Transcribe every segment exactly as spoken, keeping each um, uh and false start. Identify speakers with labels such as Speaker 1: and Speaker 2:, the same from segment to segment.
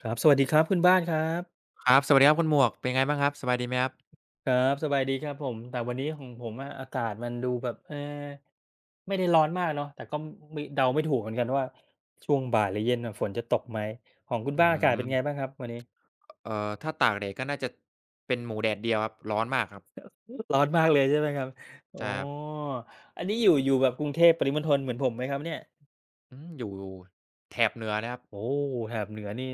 Speaker 1: ครับสวัสดีครับคุณบ้านครับ
Speaker 2: ครับสวัสดีครับคุณหมวกเป็นไงบ้างครับสบายดีไหมครับ
Speaker 1: ครับสบายดีครับผมแต่วันนี้ของผมอะอากาศมันดูแบบเออไม่ได้ร้อนมากเนาะแต่ก็ไม่เดาไม่ถูกเหมือนกันว่าช่วงบ่ายหรือเย็นน่ะฝนจะตกไหมของคุณ
Speaker 2: อื้
Speaker 1: บ้า
Speaker 2: อ
Speaker 1: นอา
Speaker 2: ฮื
Speaker 1: กาศ
Speaker 2: อ
Speaker 1: เป็นไงบ้างครับวันนี้
Speaker 2: เอ่อถ้าตากแดดก็น่าจะเป็นหมูแดดเดียวครับร้อนมากครับ
Speaker 1: ร้อนมากเลยใช่ไหมครับอ๋อ
Speaker 2: ใช่ครับ
Speaker 1: อันนี้อยู่อยู่แบบกรุงเทพปริมณฑลเหมือนผมไหมครับเนี่ย
Speaker 2: อืมอยู่แถบเหนือนะครับ
Speaker 1: โอ้แถบเหนือนี่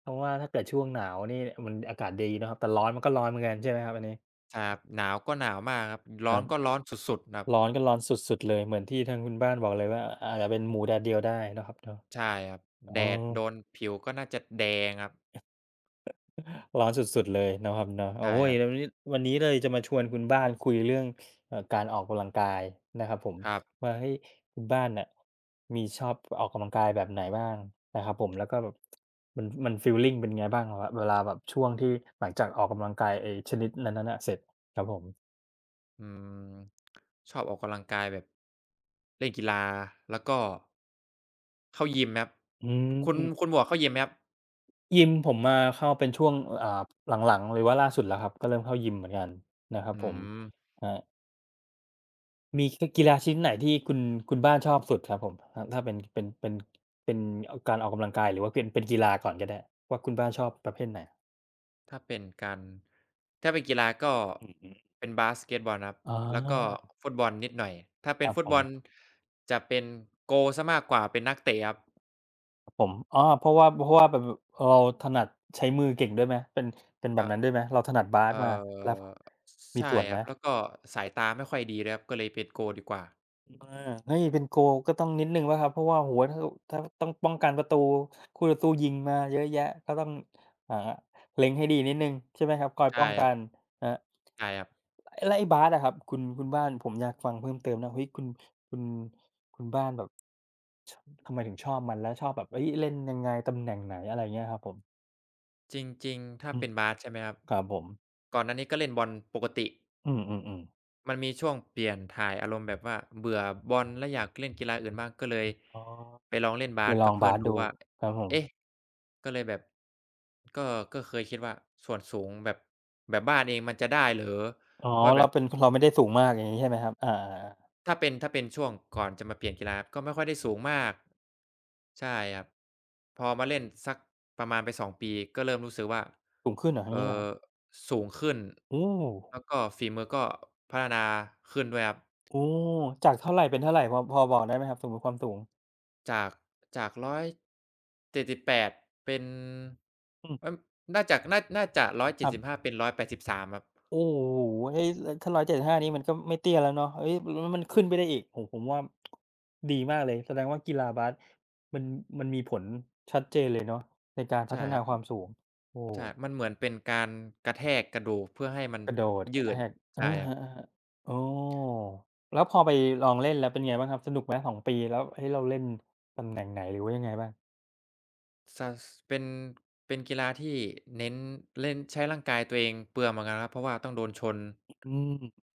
Speaker 1: เพราะว่าถ้าเกิดช่วงหนาวนี่มันอากาศดีเนาะครับแต่ร้อนมันก็ร้อนเหมือนกันใช่ไหมครับอันนี้
Speaker 2: ใช่ครับหนาวก็หนาวมากครับ
Speaker 1: ค
Speaker 2: ร้อ
Speaker 1: รั
Speaker 2: นก็
Speaker 1: บ
Speaker 2: ร้อนสุดๆครับ
Speaker 1: ร้อนก็ร้อนสุดๆเลยเหมือนที่ทางคุณบ้านบอกเลยว่าอาจจะเป็นหมูแดดเดียวได้เนาะครับเนาะ
Speaker 2: ใช่ครับ
Speaker 1: อ๋อ
Speaker 2: แดดโดนผิวก็น่าจะแดงครับ
Speaker 1: ร้อนสุดๆเลยเนาะครับเนาะโอ้
Speaker 2: ใช่
Speaker 1: โฮ
Speaker 2: ครับ
Speaker 1: แล้ววันนี้วันนี้เลยจะมาชวนคุณบ้านคุยเรื่องเอ่อการออกกำลังกายนะครับผม
Speaker 2: ครับ
Speaker 1: ว่าเฮ้ยคุณบ้านน่ะมีชอบออกกำลังกายแบบไหนบ้างนะครับผมแล้วก็แบบมันมันฟีลลิงเป็นไงบ้างวเวลาแบบช่วงที่หลังจากออกกำลังกายไอ้ชนิดนั้นๆน่ะเสร็จครับผม
Speaker 2: อืมชอบออกกำลังกายแบบเล่นกีฬาแล้วก็เข้ายิมไหมครับ
Speaker 1: อื
Speaker 2: คุณคุ
Speaker 1: ม
Speaker 2: ณหมวกเข้ายิมไหมครับ
Speaker 1: ยิมผมมาเข้าเป็นช่วงอ่าหลังๆหรือว่าล่าสุดแล้วครับก็เริ่มเข้ายิมเหมือนกันนะครับ
Speaker 2: อื
Speaker 1: ผม
Speaker 2: ม
Speaker 1: ครัมีกกีฬาชนิดไหนที่คุณคุณบ้านชอบสุดครับผมถ้าถ้าเป็นเป็นเป็นเป็นอการออกกำลังกายหรือว่าเป็นเป็นกีฬาก่อนก็ได้ว่าคุณบ้านชอบประเภทไหน
Speaker 2: ถ้าเป็นการถ้าเป็นกีฬาก็
Speaker 1: อือฮึ
Speaker 2: เป็นบาสเกตบอลครับ
Speaker 1: อ๋
Speaker 2: แล้วก็
Speaker 1: อ
Speaker 2: ฟุตบอลนิดหน่อยถ้า
Speaker 1: ค
Speaker 2: เป็น
Speaker 1: รับ
Speaker 2: ฟุ
Speaker 1: ผ
Speaker 2: ตบอล
Speaker 1: ม
Speaker 2: จะเป็นโกลเสียมากกว่าเป็นนักเตะครับ
Speaker 1: ครับผมอ๋อเพราะว่าเพราะว่าแบบเราถนัดใช้มือเก่งด้วยไหมเป็นเป็นแบบ
Speaker 2: เอะ
Speaker 1: นั้นด้วยไหมเราถนัดบาส
Speaker 2: เอ่
Speaker 1: มาแล้ว
Speaker 2: อ
Speaker 1: มี
Speaker 2: ใช่
Speaker 1: ส่วน
Speaker 2: ค
Speaker 1: ไหม
Speaker 2: รับแล้วก็สายตาไม่ค่อยดีด้วยครับก็เลยเป็นโกลดีกว่า
Speaker 1: อาเฮ้ยเป็น goal ก็ต้องนิดหนึ่งเปล่าครับเพราะว่าโอ้โฮถ้าถ้าต้องป้องกันประตูคู่ต่อสู้ยิงมาเยอะแยะก็ต้องอ่าเล็งให้ดีนิดหนึ่งใช่ไหมครับคอยป้อ
Speaker 2: ใช่
Speaker 1: ง
Speaker 2: ค
Speaker 1: กั
Speaker 2: รับ
Speaker 1: นครับ
Speaker 2: ใช่ครับ
Speaker 1: ไอ้แล้วไอ้บาสอะครับคุณคุณบ้านผมอยากฟังเพิ่มเติมนะเฮ้ยคุณคุณคุณบ้านแบบชทำไมถึงชอบมันแล้วชอบแบบเฮ้ยเล่นยังไงตำแหน่งไหนอะไรเงี้ยครับผม
Speaker 2: จริงๆถ้า
Speaker 1: อืม
Speaker 2: เป็นบาสใช่ไหมครับ
Speaker 1: ครับผม
Speaker 2: ก่อนหน้านี้ก็เล่นบอลปกติ
Speaker 1: อืมๆๆ
Speaker 2: มันมีช่วงเปลี่ยนถ่ายอารมณ์แบบว่าเบื่อบอลและอยากเล่นกีฬาอื่นบ้างก็เลย
Speaker 1: อ๋อ
Speaker 2: ไปลองเล่น
Speaker 1: ไป
Speaker 2: บาส
Speaker 1: ลอ
Speaker 2: กับ
Speaker 1: ง
Speaker 2: เพื่
Speaker 1: บา
Speaker 2: อน
Speaker 1: ส
Speaker 2: ดู
Speaker 1: ดู
Speaker 2: ว่า
Speaker 1: ครับผม
Speaker 2: เอ๊ะก็เลยแบบก็ก็เคยคิดว่าส่วนสูงแบบแบบบ้านเองมันจะได้เหรอ
Speaker 1: อ๋อ
Speaker 2: ว่าแบ
Speaker 1: เรา
Speaker 2: บ
Speaker 1: เป็นเราไม่ได้สูงมากอย่างงี้ใช่ไหมครับอาๆ
Speaker 2: ถ้าเป็นถ้าเป็นช่วงก่อนจะมาเปลี่ยนกีฬาก็ไม่ค่อยได้สูงมากใช่ครับพอมาเล่นสักประมาณไปสองปีก็เริ่มรู้สึกว่า
Speaker 1: ๆสูงขึ้นเหรออ
Speaker 2: เอ่
Speaker 1: ย่างงี้เหรอครั
Speaker 2: อ
Speaker 1: บ
Speaker 2: สูงขึ้น
Speaker 1: โอ้
Speaker 2: แล้วก็ฝีมือก็พัฒนาขึ้นด้วยครับ
Speaker 1: โอ้จากเท่าไรเป็นเท่าไรพอพอบอกได้ไหมครับสมมุติความสูง
Speaker 2: จากจากหนึ่งร้อยเจ็ดสิบแปดเจ็ดสิบแปดเป็น
Speaker 1: อืม
Speaker 2: เอ๊ยน่าจากน่าน่าจะหนึ่งร้อยเจ็ดสิบห้า
Speaker 1: ค
Speaker 2: เจ็ด
Speaker 1: รั
Speaker 2: สิบห้า
Speaker 1: บ
Speaker 2: เป็นหนึ่งร้อยแปดสิบสามครับ
Speaker 1: โอ้โฮเฮ้ยลถ้าหนึ่งเจ็ดห้านี่มันก็ไม่เตี้ยแล้วเนาะเฮ้ยแล้วมันขึ้นไปได้อีกโอ้โฮผมว่าดีมากเลยแสดงว่ากีฬาบาสมันมันมีผลชัดเจนเลยเนาะในการพั
Speaker 2: ใช่
Speaker 1: ฒ
Speaker 2: ค
Speaker 1: นา
Speaker 2: รั
Speaker 1: ควา
Speaker 2: บ
Speaker 1: มสูงโอ้
Speaker 2: ใช่มันเหมือนเป็นการกระแทกกระดูกเพื่อให้มัน
Speaker 1: กระโดดกระ
Speaker 2: ยื
Speaker 1: แท
Speaker 2: ด
Speaker 1: กอา
Speaker 2: ใช่ค
Speaker 1: ค
Speaker 2: รับ
Speaker 1: รับๆโอ้แล้วพอไปลองเล่นแล้วเป็นไงบ้างครับสนุกไหมสองปีแล้วเฮ้ยเราเล่นตำแหน่งไหนหรือว่ายังไงบ้าง
Speaker 2: ซสเป็นเป็นกีฬาที่เน้นเล่นใช้ร่างกายตัวเองเปลืองเหมือนกันครับเพราะว่าต้องโดนชน
Speaker 1: อืม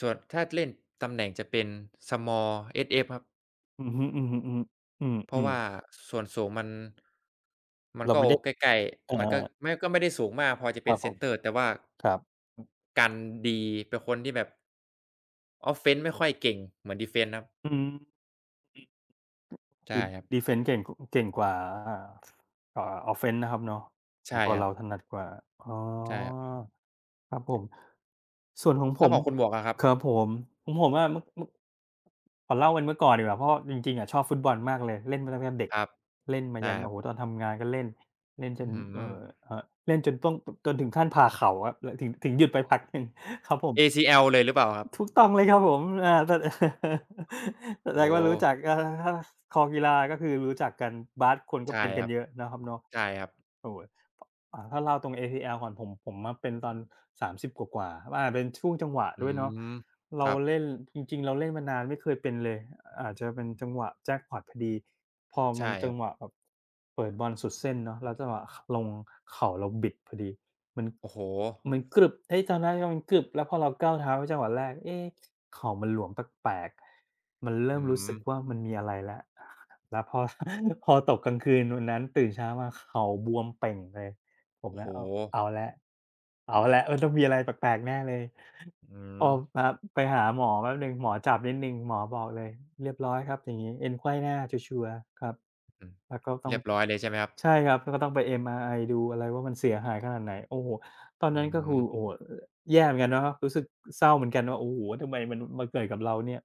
Speaker 2: ส่วนถ้าเล่นตำแหน่งจะเป็น small เอส เอฟ ครับ
Speaker 1: อือฮึๆๆอืม
Speaker 2: เพ
Speaker 1: อื
Speaker 2: ราะ
Speaker 1: ม
Speaker 2: ว่าส่วนสูงมัน
Speaker 1: ๆ
Speaker 2: มัน
Speaker 1: เรา
Speaker 2: ก็
Speaker 1: ไม่
Speaker 2: โอ
Speaker 1: ได้
Speaker 2: ใกล้
Speaker 1: อา
Speaker 2: ๆมันก็ไม่ก็ไม่ได้สูงมากพอจะ
Speaker 1: ค
Speaker 2: เป็
Speaker 1: รั
Speaker 2: น
Speaker 1: บผ
Speaker 2: เซน
Speaker 1: ม
Speaker 2: เตอร์แต่ว่า
Speaker 1: ครับ
Speaker 2: อกันดีเป็นคนที่แบบ offense ไม่ค่อยเก่งเหมือนดีเฟนส์ครับ
Speaker 1: อืมคื
Speaker 2: ใช่
Speaker 1: อ
Speaker 2: ครับ
Speaker 1: Defense เก่งกเก่งกว่าอ่าอ่า Offense นะครับเนาะของ
Speaker 2: ใช่
Speaker 1: ตัว
Speaker 2: ครั
Speaker 1: เราถ
Speaker 2: บ
Speaker 1: นัดกว่าอ๋อ
Speaker 2: ใช่ครับ
Speaker 1: ครับผมส่วนของผ
Speaker 2: แล้ว
Speaker 1: ม
Speaker 2: ของคุณหมวกอะครับ
Speaker 1: ครับผมของผมอะเมื่อเมื่อขอเล่าเป็นเมื่อก่อนดีกว่าเพราะจริงๆอะชอบฟุตบอลมากเลยเล่นมาตั้งแต่เด็ก
Speaker 2: ครับ
Speaker 1: เล่นมา
Speaker 2: ได้
Speaker 1: ยัน
Speaker 2: ครั
Speaker 1: โอ้โฮต
Speaker 2: บ
Speaker 1: อนทำงานก็เล่นเล่นจ
Speaker 2: อื้
Speaker 1: น
Speaker 2: อฮื
Speaker 1: เอ่
Speaker 2: อ
Speaker 1: อเอ่อเล่นจนต้องจนถึงขั้นผ่าเข่าครับลถึงถึงหยุดไปพักหนึ่ง ครับผม
Speaker 2: เอ ซี แอล เลยหรือเปล่าครับ
Speaker 1: ถูกต้องเลยครับผมอ่าแต่ แสด
Speaker 2: โอ้
Speaker 1: ง
Speaker 2: โ
Speaker 1: ว่ารู้
Speaker 2: ฮ
Speaker 1: จักอาถ้าคอกีฬาก็คือรู้จักกันบาสคนก็
Speaker 2: ใช่
Speaker 1: เป็น
Speaker 2: ค
Speaker 1: กัน
Speaker 2: รับ
Speaker 1: เยอะนะครับเนาะ
Speaker 2: ใช่ครับ
Speaker 1: โอ้โฮพอ่าถ้าเล่าตรง เอ ซี แอล ก่อนผมผมมาเป็นตอนสามสิบกว่าๆอาจเป็นช่วงจังหวะ
Speaker 2: อื
Speaker 1: ด้วยเนาะ
Speaker 2: มค
Speaker 1: เรา
Speaker 2: รับ
Speaker 1: เล่นจริงๆเราเล่นมานานไม่เคยเป็นเลยอาจจะเป็นจังหวะแจ็กพอตพอดีพอมั
Speaker 2: ใช่
Speaker 1: น
Speaker 2: ค
Speaker 1: จั
Speaker 2: รั
Speaker 1: งห
Speaker 2: บ
Speaker 1: วะแบบเปิดบอลสุดเส้นเนาะแล้วจังหวะขลงเข่าเราบิดพอดี มัน
Speaker 2: โอ้โฮ
Speaker 1: มันกรึบเฮ้ยจำได้ว่ามันกรึบแล้วพอเราก้าวเท้าไปจังหวะแรกเอ๊ะเข่ามันหลวมแปลกๆมันเริ่
Speaker 2: อื
Speaker 1: มรู้
Speaker 2: ม
Speaker 1: สึกว่ามันมีอะไรแล้ว แล้วพอ พอตกกลางคืนวันนั้นตื่นเช้ามาเข่าบวมเป่งเลยผม
Speaker 2: โอ้โฮ
Speaker 1: นะเอาเอาแล้วเอาแล้วมันต้องมีอะไรแปลกๆแน่เลย
Speaker 2: อื
Speaker 1: พ
Speaker 2: ม
Speaker 1: อมาไปหาหมอแป๊บหนึ่งหมอจับนิดหนึ่งหมอบอกเลยเรียบร้อยครับอย่างงี้เอ็นไขว้หน้าชัวร์ๆครับ
Speaker 2: อือ
Speaker 1: แล้วก็ต้อง
Speaker 2: เรียบร้อยเลยใช่ไหมครับ
Speaker 1: ใช่ครับแล้วก็ต้องไป เอ็ม อาร์ ไอ ดูอะไรว่ามันเสียหายขนาดไหนโอ้โฮตอน
Speaker 2: อื
Speaker 1: นั้นก็คือ
Speaker 2: ม
Speaker 1: โอ้โฮแย่เหมือนกันเนาะรู้สึกเศร้าเหมือนกันว่าโอ้โฮทำไมมันมาเกิดกับเราเนี่ย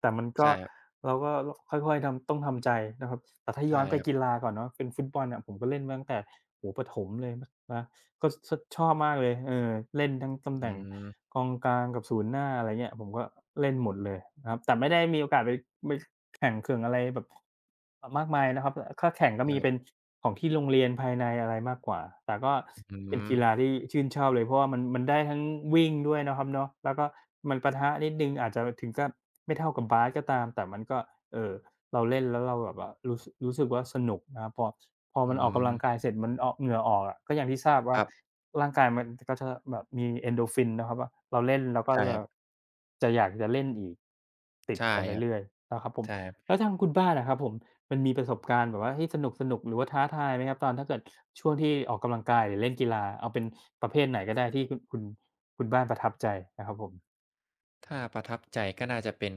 Speaker 1: แต่มันก็
Speaker 2: ใช่ครับ
Speaker 1: เราก็ค่อยๆทำต้องทำใจนะครับแต่ถ้าย้อ
Speaker 2: ใช่
Speaker 1: นไป
Speaker 2: ครับ
Speaker 1: กีฬาก่อนเนาะเป็นฟุตบอลเนี่ยผมก็เล่นมาตั้งแต่โอ้โฮประถมเลยนะก็ชชอบมากเลยเออเล่นทั้งตำแห
Speaker 2: อื
Speaker 1: น่ง
Speaker 2: ม
Speaker 1: กองกลางกับศูนย์หน้าอะไรเงี้ยผมก็เล่นหมดเลยนะครับแต่ไม่ได้มีโอกาสไปไป แข่งเขื่องอะไรแบบเอ่อมากมายนะครับถ้าแข่งก็
Speaker 2: ค
Speaker 1: มี
Speaker 2: รั
Speaker 1: เป็น
Speaker 2: บ
Speaker 1: ของที่โรงเรียนภายในอะไรมากกว่าแต่ก็
Speaker 2: อื
Speaker 1: เป็นกีฬา
Speaker 2: ม
Speaker 1: ที่ชื่นชอบเลยเพราะว่ามันมันได้ทั้งวิ่งด้วยเนาะครับเนาะแล้วก็มันปะทะนิดหนึ่งอาจจะถึงกับไม่เท่ากับบาสก็ตาม แต่มันก็เอ่อเราเล่นแล้วเราแบบว่ารู้สรู้สึกว่าสนุกนะครับพอพอ
Speaker 2: อื
Speaker 1: มันออกกำลังกาย
Speaker 2: ม
Speaker 1: เสร็จมันออกเหงื่อออกอะก็อย่างที่ทราบ
Speaker 2: ค
Speaker 1: ว่า
Speaker 2: รับ
Speaker 1: ร่างกายมันก็จะแบบมี เอ็นโดรฟิน นะครับว่าเราเล่นเราก็
Speaker 2: ใช่ค
Speaker 1: จะ
Speaker 2: รับ
Speaker 1: จะอยากจะเล่นอีกติด
Speaker 2: ใช่
Speaker 1: กัน
Speaker 2: ครับ
Speaker 1: เรื่อยๆนะครับผม
Speaker 2: ใช่ครับ
Speaker 1: แล้วทางคุณบ้านอะครับผมมันมีประสบการณ์แบบว่าเฮ้ยสนุกๆหรือว่าท้าทายไหมครับตอนถ้าเกิดช่วงที่ออกกำลังกายหรือเล่นกีฬาเอาเป็นประเภทไหนก็ได้ที่คุณคุณคุณบ้านประทับใจนะครับผม
Speaker 2: ถ้าประทับใจก็น่าจะเป็น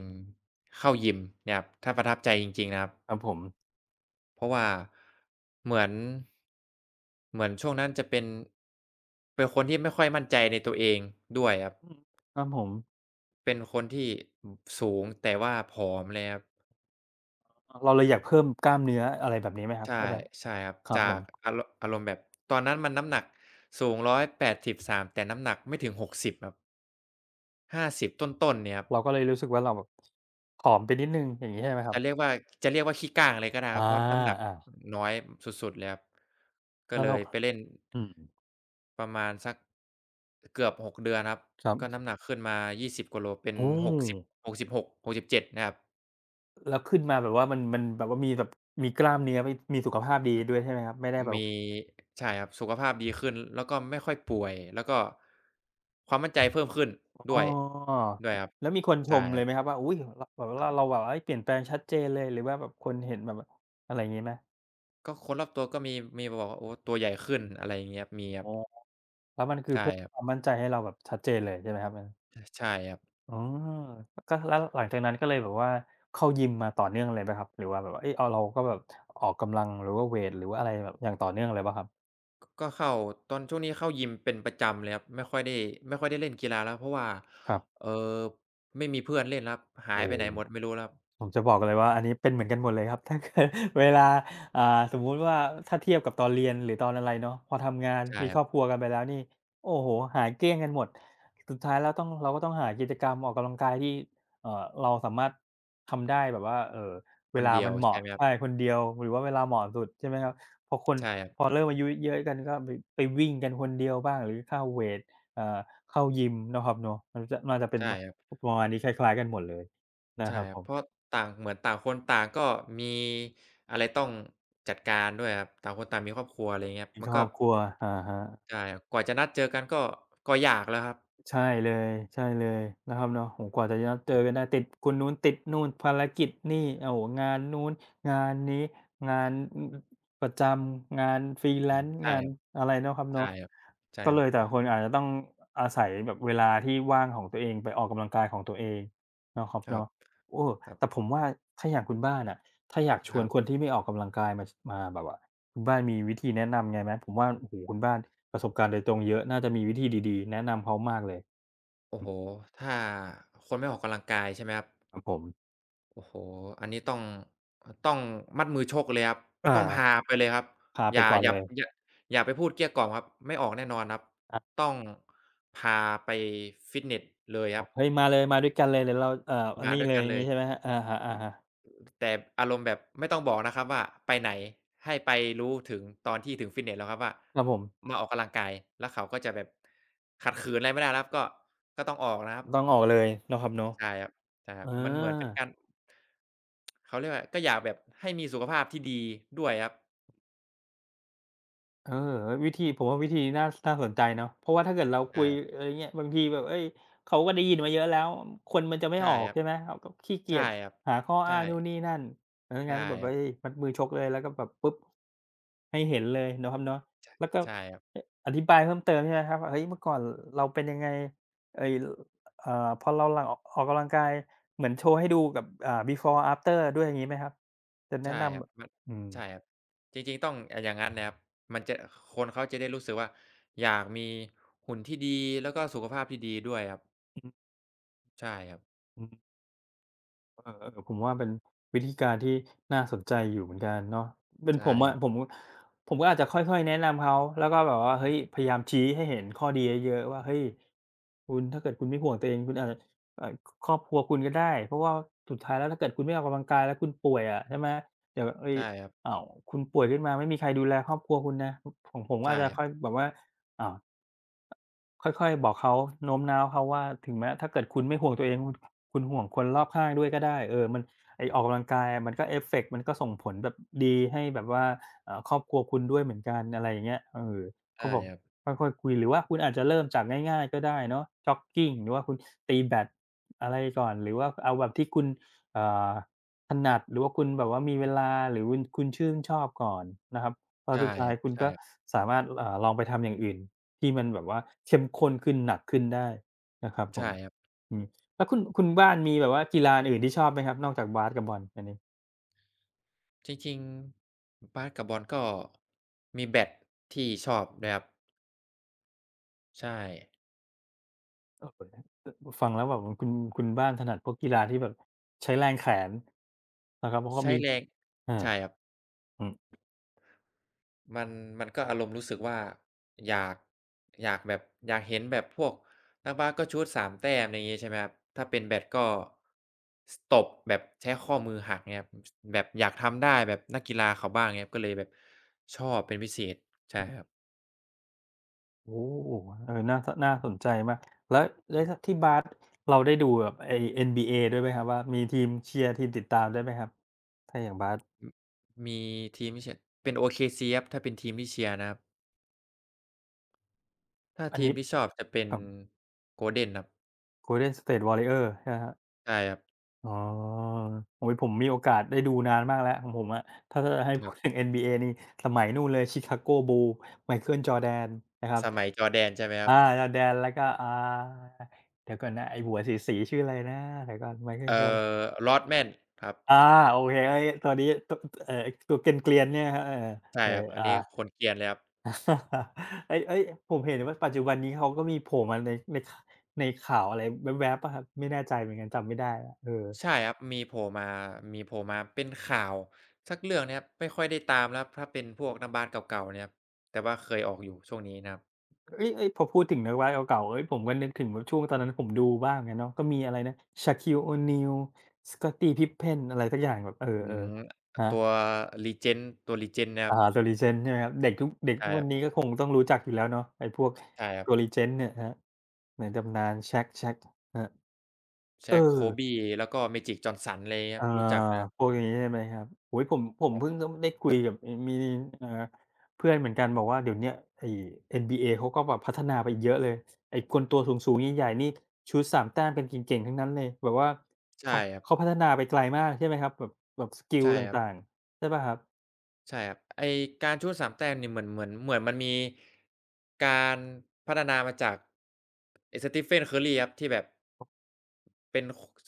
Speaker 2: เข้ายิมเนี่ยครับถ้าประทับใจจริงๆนะครับ
Speaker 1: ครับผม
Speaker 2: เพราะว่าเหมือนเหมือนช่วงนั้นจะเป็นเป็นคนที่ไม่ค่อยมั่นใจในตัวเองด้วยครับ
Speaker 1: อืมครับผม
Speaker 2: เป็นคนที่อสูงแต่ว่าผอมเลยครับ
Speaker 1: อเราเลยอยากเพิ่มกล้ามเนื้ออะไรแบบนี้ไหมครับ
Speaker 2: ใช่
Speaker 1: ใช่ไหม
Speaker 2: ใช่ครับ
Speaker 1: ครับ
Speaker 2: จา
Speaker 1: ผ
Speaker 2: ก
Speaker 1: ม
Speaker 2: อารอารมณ์แบบตอนนั้นมันน้ำหนักสูงร้อยแปดสิบสามแต่น้ำหนักไม่ถึงหกสิบครับ ห้าสิบต้นๆเนี่ยครับ
Speaker 1: เราก็เลยรู้สึกว่าเราแบบผอมไปนิดหนึ่งอย่างงี้ใช่ไหมครับ
Speaker 2: จะเรียกว่าจะเรียกว่าขี้ก้างเลยก็ได้ค
Speaker 1: อา
Speaker 2: รับเพราะน้ำหนัก
Speaker 1: อา
Speaker 2: น้อยสุดๆเลยครับก็
Speaker 1: แล้ว
Speaker 2: เล
Speaker 1: เรา
Speaker 2: ยไปเล่น
Speaker 1: อืม
Speaker 2: ประมาณสักเกือบหกเดือนครับ
Speaker 1: ครั
Speaker 2: ก็
Speaker 1: บ
Speaker 2: น้ำหนักขึ้นมายี่สิบกว่าโลเป็น
Speaker 1: อืม
Speaker 2: 6บหกสิบหกถึงหกสิบเจ็ดนะครับ
Speaker 1: แล้วขึ้นมาแบบว่ามันมันแบบว่ามีแบบมีกล้ามเนื้อมีมีสุขภาพดีด้วยใช่ไหมครับไม่ได้แบบ
Speaker 2: มีใช่ครับสุขภาพดีขึ้นแล้วก็ไม่ค่อยป่วยแล้วก็ความมั่นใจเพิ่มขึ้น
Speaker 1: อ๋อ
Speaker 2: ด้วยด้วยครับ
Speaker 1: แล้วมีคนช
Speaker 2: ใช่
Speaker 1: ม
Speaker 2: ค
Speaker 1: เลย
Speaker 2: รับ
Speaker 1: ไหมครับว่าอุ๊ยเราแบบว่าเราแบบว่าเฮ้ยเปลี่ยนแปลงชัดเจนเลยหรือว่าแบบคนเห็นแบบอะไรอย่างงี้ไหม
Speaker 2: ก็คนรอบตัวก็มีมีมาบอกว่าโอ้ตัวใหญ่ขึ้นอะไรอย่างเงี้ยครับมีครั
Speaker 1: อ๋
Speaker 2: บ
Speaker 1: อแล้วมันคือ
Speaker 2: ใช่
Speaker 1: เพิ่ม
Speaker 2: ครับ
Speaker 1: ความมั่นใจให้เราแบบชัดเจนเลยใช่ไหมครับอันนั้น
Speaker 2: ใช่ครับ
Speaker 1: อ๋อก็แล้วหลังจากนั้นก็เลยแบบว่าเข้ายิมมาต่อเนื่องเลยเปล่าครับหรือว่าแบบว่าเฮ้ยเอาเราก็แบบออกกำลังหรือว่าเวตหรือว่าอะไรแบบอย่างต่อเนื่องเลยเปล่าครับ
Speaker 2: กก็เข้าตอนช่วงนี้เข้ายิมเป็นประจำเลยครับไม่ค่อยได้ไม่ค่อยได้เล่นกีฬาแล้วเพราะว่า
Speaker 1: ครับ
Speaker 2: เอ่อไม่มีเพื่อนเล่นแล้วครับหาย
Speaker 1: โอ้
Speaker 2: ไปไหนหมดไม่รู้แล้วครับ
Speaker 1: ผมจะบอกเลยว่าอันนี้เป็นเหมือนกันหมดเลยครับ ถ้าเกิดเวลาอ่าสมมุติว่าถ้าเทียบกับตอนเรียนหรือตอนอะไรเนาะพอทำงาน
Speaker 2: ใช่
Speaker 1: มี
Speaker 2: ค
Speaker 1: ค
Speaker 2: รั
Speaker 1: ร
Speaker 2: บ
Speaker 1: อบครัวกันไปแล้วนี่โอ้โฮหายเกลี้ยงกันหมดสุดท้ายแล้วต้องเราก็ต้องหากิจกรรมออกกำลังกายที่เอ่อเราสามารถทำได้แบบว่าเอ่อ
Speaker 2: ค
Speaker 1: เว
Speaker 2: น
Speaker 1: ลา
Speaker 2: เดีย
Speaker 1: มั
Speaker 2: ว
Speaker 1: นเห
Speaker 2: ใช่
Speaker 1: มาะ
Speaker 2: ไหมครับ
Speaker 1: ใช่คนเดียวหรือว่าเวลาเหมาะสุดใช่ไหมครับพอคน
Speaker 2: ใช่ครั
Speaker 1: พอ
Speaker 2: บ
Speaker 1: เริ่มอายุเยอะกันก็ไปไปวิ่งกันคนเดียวบ้างหรือเข้าเวตเอ่อเข้ายิมเนาะครับเนาะมันจะน่าจะเป็น
Speaker 2: ใช่
Speaker 1: ป
Speaker 2: ครับ
Speaker 1: ประมาณนี้คล้ายๆกันหมดเลยนะค
Speaker 2: ใช่
Speaker 1: รับ
Speaker 2: ค
Speaker 1: ผ
Speaker 2: รับเพ
Speaker 1: ม
Speaker 2: ราะต่างเหมือนต่างคนต่างก็มีอะไรต้องจัดการด้วยครับต่างคนต่างมีครอบครัวอะไรอย่างเงี้ยครับ
Speaker 1: มี
Speaker 2: มั
Speaker 1: ค
Speaker 2: น
Speaker 1: ร
Speaker 2: ก็
Speaker 1: อบครัวอะฮะ
Speaker 2: ใช่ครับกว่าจะนัดเจอกันก็ก็ยากแล้วครับ
Speaker 1: ใช่เลยใช่เลยนะครับเนาะโอ้โฮกว่าจะนัดเจอ
Speaker 2: ครั
Speaker 1: กันได้
Speaker 2: บ
Speaker 1: ติดคนนู้นติดนู่นภารกิจนี่โอ้โฮงานนู้นงานนี้งานอประจำงาน
Speaker 2: อืม
Speaker 1: ฟรีแลนซ์
Speaker 2: ใช่
Speaker 1: งาน
Speaker 2: ครับ
Speaker 1: อะไรเนาะครับ
Speaker 2: ใช่
Speaker 1: เนาะ
Speaker 2: ครับใช่
Speaker 1: ก็
Speaker 2: ค
Speaker 1: เล
Speaker 2: รับ
Speaker 1: ยแต่ละคนอาจจะต้องอาศัยแบบเวลาที่ว่างของตัวเองไปออกกำลังกายของตัวเองเนาะครับ
Speaker 2: ครั
Speaker 1: เนาะ
Speaker 2: บ
Speaker 1: เออ
Speaker 2: ครับ
Speaker 1: แต่ผมว่าถ้าอย่างคุณบ้านอะถ้าอยากช
Speaker 2: ค
Speaker 1: วน
Speaker 2: รั
Speaker 1: ค
Speaker 2: บ
Speaker 1: นที่ไม่ออกกำลังกายมาชมาแบบว่าคุณบ้านมีวิธีแนะนำไงไหมผมว่าโอ้โฮคุณบ้าน ประสบการณ์โดยตรงเยอะน่าจะมีวิธีดีๆแนะนำเขามากเลย
Speaker 2: โอ้
Speaker 1: อื
Speaker 2: โฮ
Speaker 1: ม
Speaker 2: ถ้าคนไม่ออกกำลังกายใช่ไหมครับ
Speaker 1: ครับผม
Speaker 2: โอ้โฮอันนี้ต้องอต้องมัดมือชกเลยครับ
Speaker 1: อา
Speaker 2: ต้องพาไปเลยครับ
Speaker 1: พา
Speaker 2: อ
Speaker 1: ไป
Speaker 2: ย่า
Speaker 1: ก่อน
Speaker 2: อย่า
Speaker 1: เลย
Speaker 2: อย่าอย่าไปพูดเกลี้ยกล่อมครับไม่ออกแน่นอนครับ
Speaker 1: อา
Speaker 2: ต้องพาไปฟิตเนสเลย
Speaker 1: บ
Speaker 2: ค
Speaker 1: อ
Speaker 2: รับ
Speaker 1: กเฮ้ยมาเลยมาด้วยกันเลยเดี๋ยวเราเอ่ออัน
Speaker 2: มา
Speaker 1: นี้
Speaker 2: ด้วย
Speaker 1: เลย
Speaker 2: กั
Speaker 1: อ
Speaker 2: น
Speaker 1: ย่าง
Speaker 2: เล
Speaker 1: งี้
Speaker 2: ย
Speaker 1: ใช่ไหมครับอ
Speaker 2: อื
Speaker 1: ะ
Speaker 2: อ
Speaker 1: ฮะ
Speaker 2: แต่อารมณ์แบบไม่ต้องบอกนะครับว่าไปไหน ให้ไปรู้ถึงตอนที่ถึงฟิตเนสแล้วครับว่า
Speaker 1: ๆครับผม
Speaker 2: มาออกกำลังกายแล้วเขาก็จะแบบขัดขืนอะไรไม่ได้แล้วครับก็ก็ต้องออกนะครับ
Speaker 1: ต้องออกเลยเนาะครับเนาะ
Speaker 2: ใช่ครับใช่ครั
Speaker 1: เอ
Speaker 2: บมันเหมือน
Speaker 1: อ
Speaker 2: เป็นการเขาเรียกว่าก็อยากแบบให้มีสุขภาพที่ดีด้วยครับ
Speaker 1: เออวิธีผมว่าวิธีน่าน่าสนใจเนาะเพราะว่าถ้าเกิดเราคุ
Speaker 2: ใช่
Speaker 1: ยอะไรเงี้ยบางทีแบบเฮ้ยเขาก็ได้ยินมาเยอะแล้วคนมันจะไม่อ
Speaker 2: ใช่
Speaker 1: อก
Speaker 2: ครับ
Speaker 1: ใช่ไหมเขาก็ขี้เกีย
Speaker 2: ใช่
Speaker 1: จ
Speaker 2: ครับ
Speaker 1: หาข้ออ้า
Speaker 2: ใช่
Speaker 1: งนู่นนี่นั่นเออ
Speaker 2: ใช่
Speaker 1: งั้นแบบ
Speaker 2: ครั
Speaker 1: เฮ้ย
Speaker 2: บ
Speaker 1: มัดมือชกเลยแล้วก็แบบปุ๊บให้เห็นเลยเนาะครับเนาะแล้วก็
Speaker 2: ใช่ครับ
Speaker 1: ออธิบายเพิ่มเติมใช่ไหมครับว่าเฮ้ยเมื่อก่อนเราเป็นยังไงไอ้เอ่อพอเราหลังออกออกกำลังกายเหมือนโชว์ให้ดูกับอ่า บีฟอร์ อาฟเตอร์ ด้วยอย่างงี้ไหมครับจะแนะ
Speaker 2: ใช่ค
Speaker 1: นำแบ
Speaker 2: รับ
Speaker 1: บ
Speaker 2: มัน
Speaker 1: อืม
Speaker 2: ใช่ครับจริงๆต้องอ่าอย่างงั้นนะครับมันจะคนเขาจะได้รู้สึกว่าอยากมีหุ่นที่ดีแล้วก็สุขภาพที่ดีด้วยครับ
Speaker 1: อืออ
Speaker 2: ใช่ครับ
Speaker 1: ือ เออๆผมว่าเป็นวิธีการที่น่าสนใจอยู่เหมือนกันเนาะเป็น
Speaker 2: ใช่
Speaker 1: ผม
Speaker 2: ค
Speaker 1: อะ
Speaker 2: รั
Speaker 1: ผ
Speaker 2: บ
Speaker 1: มผมก็อาจจะค่อยๆแนะนำเขาแล้วก็แบบว่าเฮ้ยพยายามชี้ให้เห็นข้อดีเยอะๆว่าเฮ้ยคุณถ้าเกิดคุณไม่ห่วงตัวเองคุณอาจจะเอ่อครอบครัวคุณก็ได้เพราะว่าสุดท้ายแล้วถ้าเกิดคุณไม่ออกกำลังกายแล้วคุณป่วยอะใช่ไหมเดี๋ยวเฮ้ย
Speaker 2: ใช่ครับ
Speaker 1: อ้าวคุณป่วยขึ้นมาไม่มีใครดูแลครอบครัวคุณนะของผมก็อาจ
Speaker 2: ใช่
Speaker 1: จะ
Speaker 2: ครับ
Speaker 1: ค่อยแบบว่าอ้าว ค่อยๆบอกเขาโน้มน้าวเขาว่าถึงแม้ถ้าเกิดคุณไม่ห่วงตัวเองคุณคุณห่วงคนรอบข้างด้วยก็ได้เออมันไอ้ออกกำลังกายอะมันก็เอฟเฟกต์มันก็ส่งผลแบบดีให้แบบว่าเอ่อครอบครัวคุณด้วยเหมือนกันอะไรอย่างเงี้ยเออก็
Speaker 2: ใช่
Speaker 1: บอก
Speaker 2: ครับ
Speaker 1: ค่อยๆคุยหรือว่าคุณอาจจะเริ่มจากง่ายๆก็ได้เนาะจ็อกกิงหรือว่าคุณตีแบดอะไรก่อนหรือว่าเอาแบบที่คุณเอ่อถนัดหรือว่าคุณแบบว่ามีเวลาหรือคุณคุณชื่นชอบก่อนนะครับพอ
Speaker 2: ใช่
Speaker 1: สุดท้า
Speaker 2: ค
Speaker 1: ย
Speaker 2: รับ
Speaker 1: คุณ
Speaker 2: ใช่
Speaker 1: ก็
Speaker 2: ครับ
Speaker 1: สามารถเอ่อลองไปทำอย่างอื่น ที่มันแบบว่าเข้มข้นขึ้นหนักขึ้นได้นะครับผม
Speaker 2: ใช่ครับ
Speaker 1: อืมแล้วคุณคุณบ้านมีแบบว่ากีฬาอันอื่นที่ชอบไหมครับนอกจากบาสกับบอลอันนี้
Speaker 2: จริงๆบาสกับบอลก็มีแบดที่ชอบด้วยครับใช่
Speaker 1: โอโฮอฟังแล้วแบบคุณคุณบ้านถนัดพวกกีฬาที่แบบใช้แรงแขนนะครับเพราะเขา
Speaker 2: ใช้
Speaker 1: มี
Speaker 2: แรง
Speaker 1: อา
Speaker 2: ใช่ครับ
Speaker 1: อืม
Speaker 2: มันมันก็อารมณ์รู้สึกว่าอยากอยากแบบอยากเห็นแบบพวกนักบาสก็ชูตสามแต้มอะไรงี้ใช่ไหมครับถ้าเป็นแบดก็สตบแบบใช้ข้อมือหักเงี้ยครับสแบบอยากทำได้แบบนักกีฬาเขาบ้างเงี้ยครับก็เลยแบบชอบเป็นพิเศษใช่
Speaker 1: อือ
Speaker 2: ครับ
Speaker 1: โอ้โฮเออน่าสน่าสนใจมากแล้วแล้วถ้าที่บาสเราได้ดูแบบไอ้ เอ็น บี เอ ด้วยไหมครับว่ามีทีมเชียร์ทีมติดตามด้วยไหมครับถ้าอย่างบาส
Speaker 2: มมีทีมที่เชียร์เป็น โอ เค ซี ครับถ้าเป็นทีมที่เชียร์นะครับ ถ้า
Speaker 1: อัน
Speaker 2: ทีม
Speaker 1: นี้
Speaker 2: ที่ชอบจะเป็น
Speaker 1: ครับ
Speaker 2: Golden ครับ
Speaker 1: Golden State Warriors ใช่ไหมครับ
Speaker 2: ใช่ครับ
Speaker 1: อ๋อโอ้ยผมมีโอกาสได้ดูนานมากแล้วของผมอะถ้าจะให้
Speaker 2: ค
Speaker 1: พู
Speaker 2: รั
Speaker 1: ดถึ
Speaker 2: บ
Speaker 1: ง เอ็น บี เอ นบีเอนี่สมัยนู่นเลย Chicago Bulls Michael Jordan นะครับ
Speaker 2: สมัยจอ r d แดนใช่ไหมครั
Speaker 1: อา
Speaker 2: บ
Speaker 1: Jordan แล้วก็อ่าเดี๋ยวก่อนนะไอ้หัวสีๆชื่ออะไรนะเดี๋ยวก่อน Michael
Speaker 2: เอ่
Speaker 1: Jordan
Speaker 2: อ Rodman ครับ
Speaker 1: อาโอเคเฮ้ยตัวนี้ตัวเอ่อตัวเกรียนๆเนี่ยครับเออ
Speaker 2: ใช่
Speaker 1: เออ
Speaker 2: ครับอัน
Speaker 1: อา
Speaker 2: นี้คนเกรียนเลยครับ
Speaker 1: เฮ้ยเฮ้ยผมเห็นว่าปัจจุบันนี้เขาก็มีโผล่มาในในขในข่าวอะไรแวบๆเปล่าครับไม่แน่ใจเหมือนกันจำไม่ได้แล้วเออ
Speaker 2: ใช่ครับมีโผล่มามีโผล่มาเป็นข่าวสักเรื่องนะครับไม่ค่อยได้ตามแล้วครับถ้าเป็นพวกน้ำบาสเก่าๆเนี่ยครับแต่ว่าเคยออกอยู่ช่วงนี้นะครับ
Speaker 1: เอ้ยเอ้ยพอพูดถึงนักวาดเก่าๆเฮ้ยผมก็นึกถึงแบบช่วงตอนนั้นผมดูบ้างอะเนาะก็มีอะไรนะ Shaquille O'Neal Scottie Pippen อะไรสักอย่างแบบเอ
Speaker 2: อื
Speaker 1: อ
Speaker 2: ม
Speaker 1: ๆครั
Speaker 2: ตัว
Speaker 1: บ
Speaker 2: Legend ตัว Legend นะค
Speaker 1: อา
Speaker 2: รับ
Speaker 1: ตัว Legend ใช่ไหมครับเด็กทุกเด็กทุ
Speaker 2: ใช่
Speaker 1: ก
Speaker 2: ค
Speaker 1: วั
Speaker 2: รั
Speaker 1: น
Speaker 2: บ
Speaker 1: นี้ก็คงต้องรู้จักอยู่แล้วเนาะไอ้พวก
Speaker 2: ใช่ครับ
Speaker 1: ตัว Legend เนี่ยครับในตำนาน Shaq Shaq ครับเอ
Speaker 2: Shaq
Speaker 1: อ
Speaker 2: Kobe แล้วก็ Magic Johnson อะไรยงี้ค
Speaker 1: อา
Speaker 2: รับรู้จักนะครั
Speaker 1: พว
Speaker 2: บ
Speaker 1: กนี้ใช่ไหมครับโอ้โฮผมผมเพิ่งก็ได้คุยกับเอ่อมีเอ่อเพื่อนเหมือนกันบอกว่าเดี๋ยวเนี้ยไอ้ เอ็น บี เอ เขาก็แบบพัฒนาไปอีกเยอะเลยไอ้คนตัวสูงๆใหญ่ๆนี่ชูตสามแต้มกันเก่งๆทั้งนั้นเลยแบบว่าเขา
Speaker 2: ใช่ครับ
Speaker 1: เขาพัฒนาไปไกลมากใช่ไหมครับแบบแบบสกิล
Speaker 2: ใช่ครับ
Speaker 1: ต่างๆใช่เปล่าครับ
Speaker 2: ใช่ครับไอ้การชู้สามแต้มนี่เหมือนเหมือนเหมือนมันมีการพัฒนามาจากไอ้ Stephen Curry ครับที่แบบเป็นคส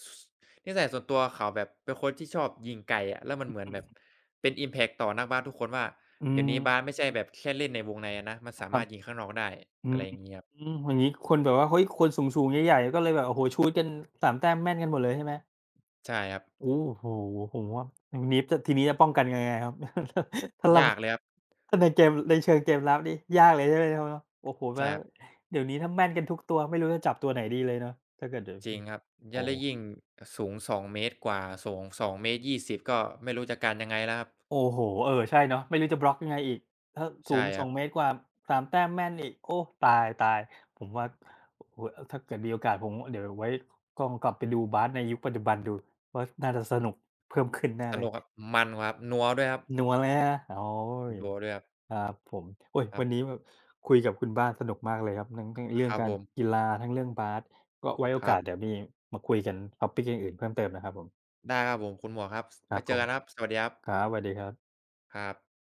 Speaker 2: นิสัยส่วนตัวเขาแบบเป็นคนที่ชอบยิงไกลอะแล้วมันเหมือนแบบ
Speaker 1: อืม
Speaker 2: เป็นอิมแพ็กต์ต่อนักบาสทุกคนว่าเดี๋ยวนี้บาสไม่ใช่แบบแค่เล่นในวงในอะนะมันสา
Speaker 1: ครั
Speaker 2: มารถยิง
Speaker 1: บ
Speaker 2: ข้างนอกได้
Speaker 1: อื
Speaker 2: อะ
Speaker 1: ม
Speaker 2: ไรอย่างงี้ครับ
Speaker 1: อย่างงี้คนแบบว่าเฮ้ยคนสูงๆใหญ่ๆก็เลยแบบโอ้โฮชูตกันสามแต้มแม่นกันหมดเลยใช่ไหม
Speaker 2: ใช่ครับ
Speaker 1: โอ้โฮผมว่าอย่างนี้จะทีนี้จะป้องกันยังไงครับ ถ้าเรา
Speaker 2: ยากเลยครับ
Speaker 1: ถ้าในเกมในเชิงเกมลับนี่ยากเลยใช่ไหมครับเนาะโอ้โฮแล้
Speaker 2: ใช่
Speaker 1: ว
Speaker 2: ครับ
Speaker 1: เดี๋ยวนี้ถ้าแม่นกันทุกตัวไม่รู้จะจับตัวไหนดีเลยเนาะถ้าเกิดเดี๋ยว
Speaker 2: จริงครับย
Speaker 1: โอ้
Speaker 2: แล้วยิ่งสูงสองเมตรกว่าสูงสองเมตรยี่สิบก็ไม่รู้จะกันยังไงแล้วครับ
Speaker 1: โอ้โฮเออใช่เนาะไม่รู้จะบล็อกยังไงอีกถ้าสู
Speaker 2: ใช่
Speaker 1: ง
Speaker 2: ค
Speaker 1: สอ
Speaker 2: รั
Speaker 1: ง
Speaker 2: บ
Speaker 1: เมตรกว่าสามแต้มแม่นอีกโอ้ตายๆผมว่าโอ้โฮถ้าเกิดมีโอกาสผมเดี๋ยวไว้ก็ลกลับไปดูบาสในยุคปัจจุบันดูว่าน่าจะสนุกเพิ่มขึ้นแน่
Speaker 2: ส
Speaker 1: เล
Speaker 2: นุกค
Speaker 1: ย
Speaker 2: รับมันวครับนัวด้วยครับ
Speaker 1: นัวเลยนะโอ้ย
Speaker 2: นัวด้วยครับ
Speaker 1: ครับผมโอ้ย
Speaker 2: ครั
Speaker 1: วันนี้
Speaker 2: บ
Speaker 1: แบบคุยกับคุณบ้านสนุกมากเลยครับทั้งทั้งเรื่
Speaker 2: ค
Speaker 1: อง
Speaker 2: รับ
Speaker 1: กา
Speaker 2: ผ
Speaker 1: ร
Speaker 2: ม
Speaker 1: กีฬาทั้งเรื่องบาสก็ไว้โอ
Speaker 2: ครั
Speaker 1: กาสเดี๋
Speaker 2: บ
Speaker 1: ยวมีมาคุยกัน ทอปิก อย่างอื่นเพิ่มเติมนะครับผม
Speaker 2: ได้ครับผมคุณหมวกครับ
Speaker 1: ครั
Speaker 2: ไว้
Speaker 1: บผ
Speaker 2: เจอ
Speaker 1: ม
Speaker 2: กันนะครับสวัสดีครั
Speaker 1: ครั
Speaker 2: บ
Speaker 1: บสวัสดีครับ
Speaker 2: ครับ